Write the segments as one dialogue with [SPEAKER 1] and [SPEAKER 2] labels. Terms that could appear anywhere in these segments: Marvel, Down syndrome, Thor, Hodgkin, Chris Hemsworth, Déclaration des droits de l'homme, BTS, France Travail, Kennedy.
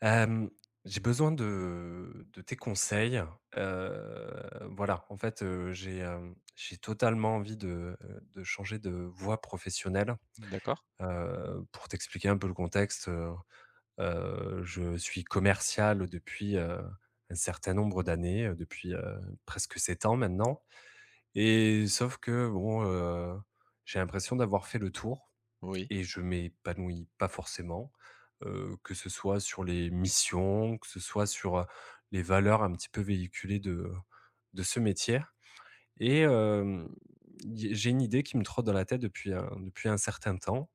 [SPEAKER 1] Hem, j'ai besoin de tes conseils, voilà, en fait, j'ai totalement envie de changer de voie professionnelle.
[SPEAKER 2] D'accord,
[SPEAKER 1] Pour t'expliquer un peu le contexte, je suis commercial depuis, un certain nombre d'années, depuis, presque 7 ans maintenant et sauf que bon, j'ai l'impression d'avoir fait le tour
[SPEAKER 2] oui,
[SPEAKER 1] et je m'épanouis pas forcément, que ce soit sur les missions, que ce soit sur, les valeurs un petit peu véhiculées de ce métier et y j'ai une idée qui me trotte dans la tête depuis un certain temps.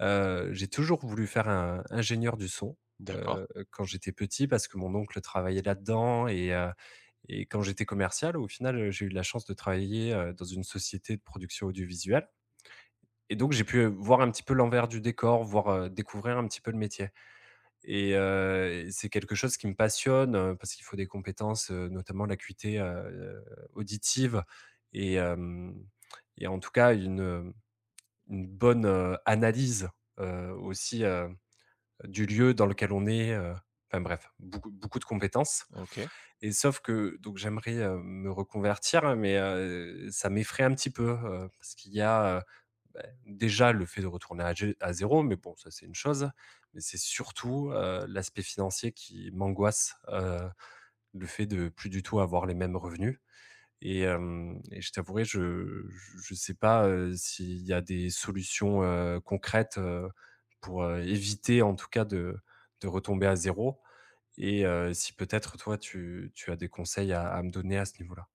[SPEAKER 1] J'ai toujours voulu faire un ingénieur du son,
[SPEAKER 2] d'accord,
[SPEAKER 1] quand j'étais petit parce que mon oncle travaillait là-dedans et quand j'étais commercial, au final, j'ai eu la chance de travailler, dans une société de production audiovisuelle et donc j'ai pu, voir un petit peu l'envers du décor, voir, découvrir un petit peu le métier et c'est quelque chose qui me passionne, parce qu'il faut des compétences, notamment l'acuité, auditive et hem et en tout cas une bonne, analyse, aussi, du lieu dans lequel on est, enfin bref, beaucoup beaucoup de compétences
[SPEAKER 2] OK.
[SPEAKER 1] et sauf que donc j'aimerais, me reconvertir mais ça m'effraie un petit peu, parce qu'il y a, beh, déjà le fait de retourner à 0, mais bon, ça c'est une chose, mais c'est surtout, l'aspect financier qui m'angoisse, le fait de plus du tout avoir les mêmes revenus et hem et je t'avouerai, je ne sais pas, s'il y a des solutions, concrètes, pour, éviter en tout cas de retomber à zéro. Et si peut-être toi tu as des conseils à me donner à ce niveau-là?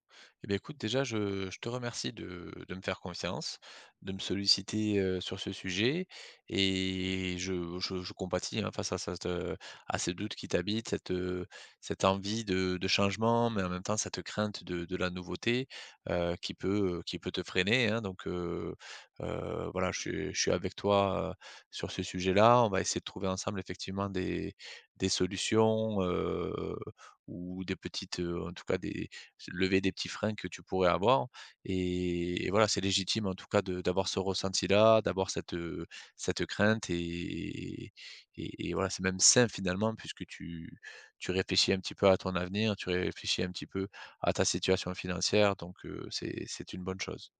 [SPEAKER 2] Eh bien, écoute, déjà, je te remercie de me faire confiance, de me solliciter sur ce sujet. Et je compatis hein, face à ça, à ces doutes qui t'habitent, cette, cette envie de changement, mais en même temps, cette crainte de la nouveauté qui peut te freiner, hein. Donc, voilà, je suis avec toi sur ce sujet-là. On va essayer de trouver ensemble, effectivement, des solutions, ou des petites, en tout cas, des lever des petits freins que tu pourrais avoir, et voilà, c'est légitime en tout cas de d'avoir ce ressenti-là, d'avoir cette crainte et voilà, c'est même sain finalement puisque tu réfléchis un petit peu à ton avenir, tu réfléchis un petit peu à ta situation financière donc c'est une bonne chose.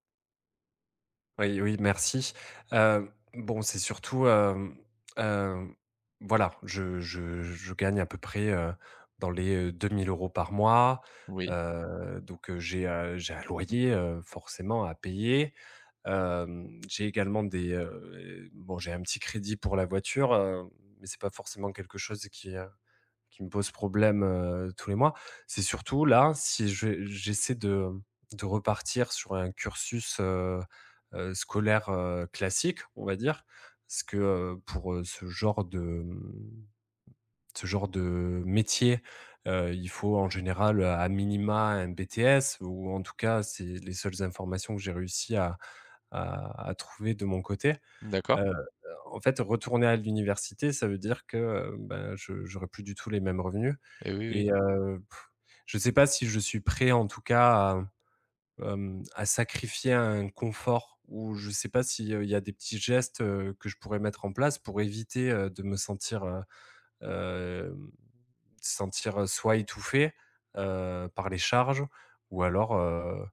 [SPEAKER 1] Oui, oui, merci. Bon, c'est surtout, hem, voilà, je gagne à peu près, dans les, 2 000 € par mois.
[SPEAKER 2] Oui,
[SPEAKER 1] Donc, j'ai un loyer, forcément à payer. J'ai également des, bon, j'ai un petit crédit pour la voiture, mais c'est pas forcément quelque chose qui me pose problème, tous les mois. C'est surtout là, si je j'essaie de repartir sur un cursus, scolaire, classique, on va dire. Parce que, pour, ce genre de, ce genre de métier, il faut en général, à minima un BTS ou en tout cas, c'est les seules informations que j'ai réussi à à trouver de mon côté.
[SPEAKER 2] d'accord
[SPEAKER 1] Heu, En fait, retourner à l'université, ça veut dire que, ben, je j'aurais plus du tout les mêmes revenus
[SPEAKER 2] et oui, oui.
[SPEAKER 1] et je ne sais pas si je suis prêt en tout cas à, à sacrifier un confort ou je ne sais pas s'il y a des petits gestes, que je pourrais mettre en place pour éviter, de me sentir, hem, sentir, soit étouffé, par les charges ou alors,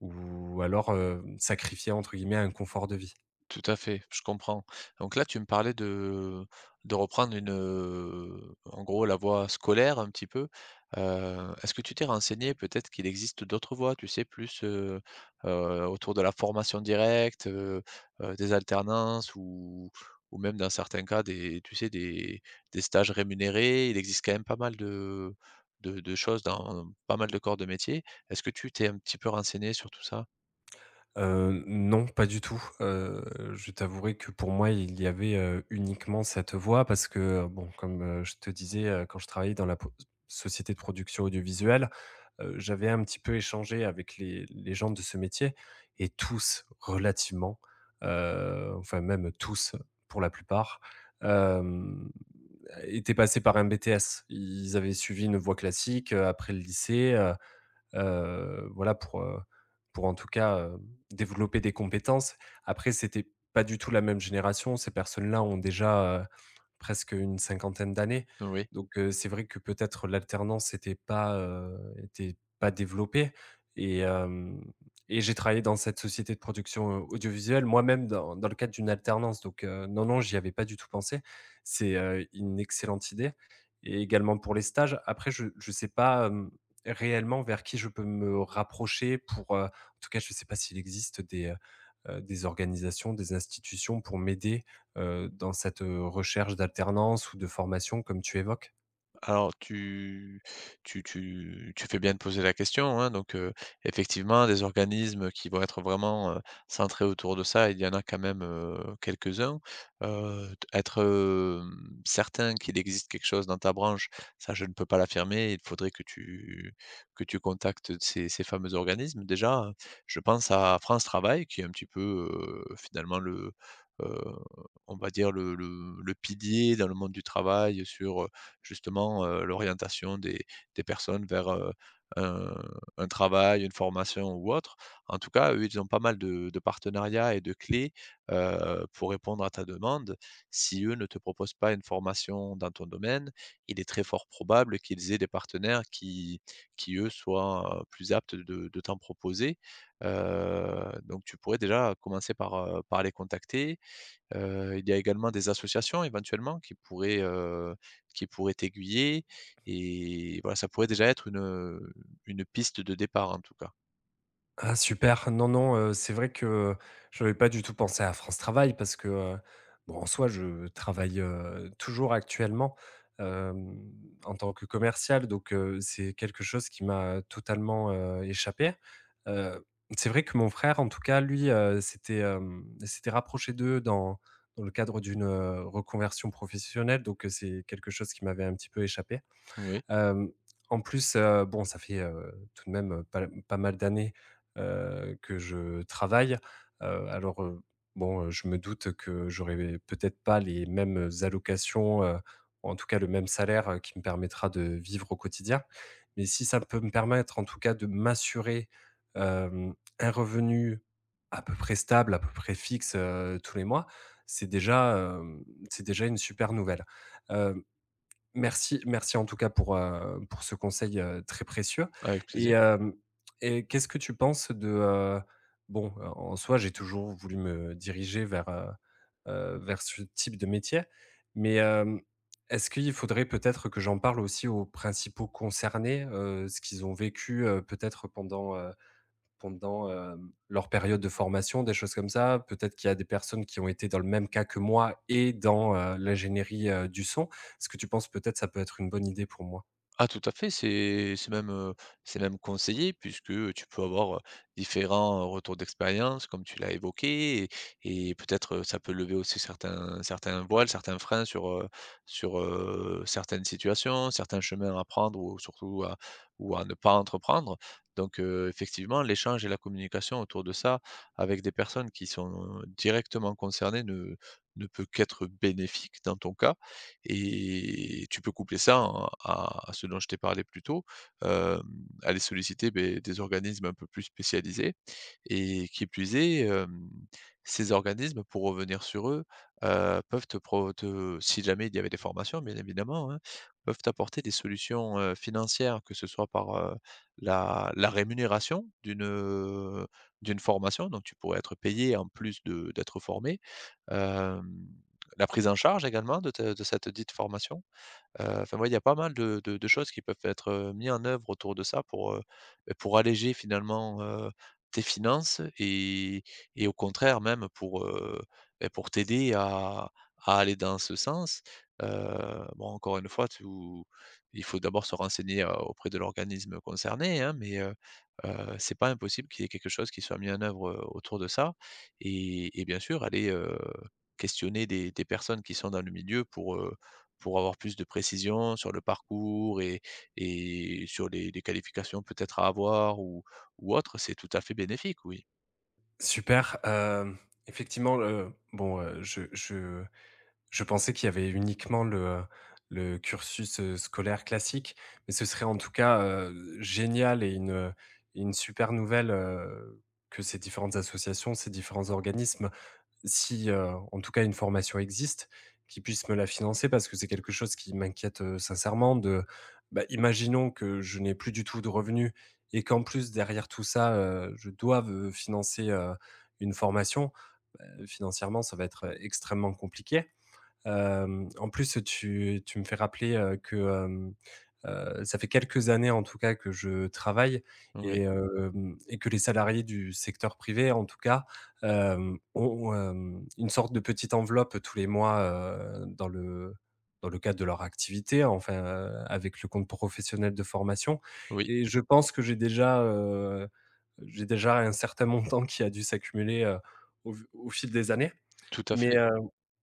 [SPEAKER 1] sacrifier entre guillemets «un confort de vie».
[SPEAKER 2] Tout à fait, je comprends. Donc là, tu me parlais de reprendre une, en gros, la voie scolaire un petit peu. Est-ce que tu t'es renseigné peut-être qu'il existe d'autres voies, tu sais, plus, autour de la formation directe, des alternances ou même dans certains cas des tu sais, des stages rémunérés? Il existe quand même pas mal de de choses dans pas mal de corps de métier. Est-ce que tu t'es un petit peu renseigné sur tout ça?
[SPEAKER 1] Non, pas du tout. Je t'avouerai que pour moi, il y avait, uniquement cette voie parce que, bon, comme, je te disais, quand je travaillais dans la po société de production audiovisuelle, j'avais un petit peu échangé avec les gens de ce métier et tous relativement, enfin même tous pour la plupart, hem, étaient passés par un BTS. Ils avaient suivi une voie classique, après le lycée, voilà pour en tout cas, développer des compétences. Après, c'était pas du tout la même génération. Ces personnes-là ont déjà, presque une 50aine d'années.
[SPEAKER 2] Oui.
[SPEAKER 1] Donc, c'est vrai que peut-être l'alternance n'était pas, était pas développée et hem et j'ai travaillé dans cette société de production, audiovisuelle moi-même dans le cadre d'une alternance. Donc, non, non, j'y avais pas du tout pensé. C'est, une excellente idée et également pour les stages. Après je sais pas, réellement vers qui je peux me rapprocher pour, en tout cas, je ne sais pas s'il existe des organisations, des institutions pour m'aider dans cette, recherche d'alternance ou de formation comme tu évoques?
[SPEAKER 2] Alors tu fais bien de poser la question, hein, donc effectivement des organismes qui vont être vraiment, centrés autour de ça, il y en a quand même, quelques-uns. T être, hem, certain qu'il existe quelque chose dans ta branche, ça je ne peux pas l'affirmer, il faudrait que tu contactes ces ces fameux organismes. Déjà, je pense à France Travail qui est un petit peu, finalement le, heu, on va dire le pilier dans le monde du travail sur, justement, l'orientation des personnes vers, un un travail, une formation ou autre. En tout cas, eux, ils ont pas mal de partenariats et de clés, pour répondre à ta demande. Si eux ne te proposent pas une formation dans ton domaine, il est très fort probable qu'ils aient des partenaires qui eux soient, plus aptes de t'en proposer, donc tu pourrais déjà commencer par, par les contacter. Il y a également des associations éventuellement qui pourraient t'aiguiller et voilà, ça pourrait déjà être une piste de départ en tout cas.
[SPEAKER 1] Ah super, non, non, c'est vrai que je n'avais pas du tout pensé à France Travail parce que, bon, en soi, je travaille, toujours actuellement, hem, en tant que commercial donc c'est quelque chose qui m'a totalement, échappé. Heu, c'est vrai que mon frère, en tout cas, lui, s'était rapproché d'eux dans le cadre d'une, reconversion professionnelle donc c'est quelque chose qui m'avait un petit peu échappé.
[SPEAKER 2] Oui,
[SPEAKER 1] Hem, En plus, bon, ça fait, tout de même, pas mal d'années, que je travaille. Alors, bon, je me doute que j'aurai peut-être pas les mêmes allocations, ou en tout cas le même salaire, qui me permettra de vivre au quotidien. Mais si ça peut me permettre, en tout cas, de m'assurer, hem, un revenu à peu près stable, à peu près fixe, tous les mois, c'est déjà, hem, c'est déjà une super nouvelle. Hem merci en tout cas pour ce conseil, très précieux.
[SPEAKER 2] avec
[SPEAKER 1] Et
[SPEAKER 2] plaisir.
[SPEAKER 1] hem et qu'est-ce que tu penses de, bon, en soi, j'ai toujours voulu me diriger vers, vers ce type de métier, mais est-ce qu'il faudrait peut-être que j'en parle aussi aux principaux concernés, ce qu'ils ont vécu, peut-être pendant, pendant, leur période de formation, des choses comme ça. Peut-être qu'il y a des personnes qui ont été dans le même cas que moi et dans, l'ingénierie, du son. Est-ce que tu penses peut-être ça peut être une bonne idée pour moi?
[SPEAKER 2] Ah tout à fait, c'est même, c'est même conseillé puisque tu peux avoir, différents, retours d'expérience comme tu l'as évoqué et peut-être, ça peut lever aussi certains certains voiles, certains freins sur, sur, certaines situations, certains chemins à prendre ou surtout à ou à ne pas entreprendre. Donc, effectivement, l'échange et la communication autour de ça avec des personnes qui sont directement concernées ne peut qu'être bénéfique dans ton cas. Et tu peux coupler ça hein, à ce dont je t'ai parlé plus tôt, hem, aller solliciter, beh, des organismes un peu plus spécialisés et qui plus est, ces organismes, pour revenir sur eux, peuvent te si jamais il y avait des formations bien évidemment, hein, peuvent t'apporter des solutions, financières, que ce soit par, la rémunération d'une, d'une formation, donc tu pourrais être payé en plus de d'être formé, hem, la prise en charge également de cette dite formation. Enfin, ouais, il y a pas mal de choses qui peuvent être, mis en œuvre autour de ça pour, ben, pour alléger finalement, tes finances et au contraire même pour, beh, pour t'aider à aller dans ce sens. Bon encore une fois, tu il faut d'abord se renseigner, auprès de l'organisme concerné, hein, mais, c'est pas impossible qu'il y ait quelque chose qui soit mis en œuvre, autour de ça et bien sûr aller, questionner des personnes qui sont dans le milieu pour avoir plus de précision sur le parcours et sur les qualifications peut-être à avoir ou autre, c'est tout à fait bénéfique, oui.
[SPEAKER 1] Super, effectivement, le bon, je pensais qu'il y avait uniquement le cursus, scolaire classique, mais ce serait en tout cas, génial et une super nouvelle, que ces différentes associations, ces différents organismes si, en tout cas une formation existe, qu'ils puissent me la financer parce que c'est quelque chose qui m'inquiète, sincèrement de, bah, imaginons que je n'ai plus du tout de revenus et qu'en plus derrière tout ça, je doive, financer, une formation, financièrement ça va être, extrêmement compliqué. En plus, tu me fais rappeler, que, ça fait quelques années en tout cas que je travaille
[SPEAKER 2] Oui,
[SPEAKER 1] et hem et que les salariés du secteur privé en tout cas, ont, une sorte de petite enveloppe tous les mois, dans le cadre de leur activité, enfin, avec le compte professionnel de formation
[SPEAKER 2] oui,
[SPEAKER 1] et je pense que j'ai déjà un certain montant qui a dû s'accumuler, au fil des années.
[SPEAKER 2] tout à
[SPEAKER 1] Mais,
[SPEAKER 2] fait.
[SPEAKER 1] heu,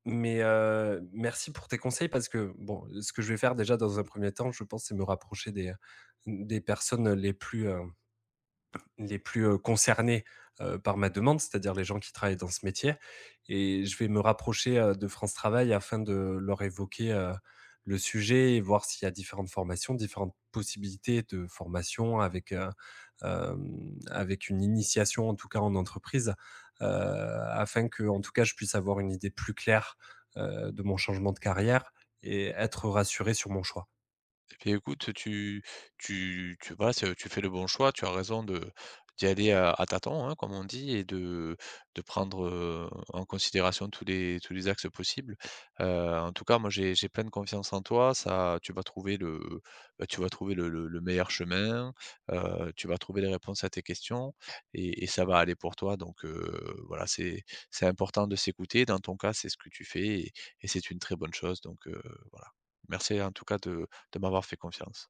[SPEAKER 1] mais, merci pour tes conseils parce que, bon, ce que je vais faire déjà dans un premier temps, je pense, c'est me rapprocher des personnes les plus, concernés, par ma demande, c'est-à-dire les gens qui travaillent dans ce métier et je vais me rapprocher, de France Travail afin de leur évoquer, le sujet et voir s'il y a différentes formations, différentes possibilités de formation avec, avec une initiation, en tout cas en entreprise, heu, afin que, en tout cas je puisse avoir une idée plus claire, de mon changement de carrière et être rassuré sur mon choix.
[SPEAKER 2] Et puis écoute, tu voilà, c'est tu fais le bon choix, tu as raison de d'y aller à tâtons, hein, comme on dit et de prendre, en considération tous les axes possibles. Heu, En tout cas, moi, j'ai pleine confiance en toi, ça tu vas trouver le, bah, tu vas trouver le meilleur chemin, tu vas trouver les réponses à tes questions et ça va aller pour toi donc voilà, c'est important de s'écouter. Dans ton cas, c'est ce que tu fais et c'est une très bonne chose donc voilà. Merci en tout cas de m'avoir fait confiance.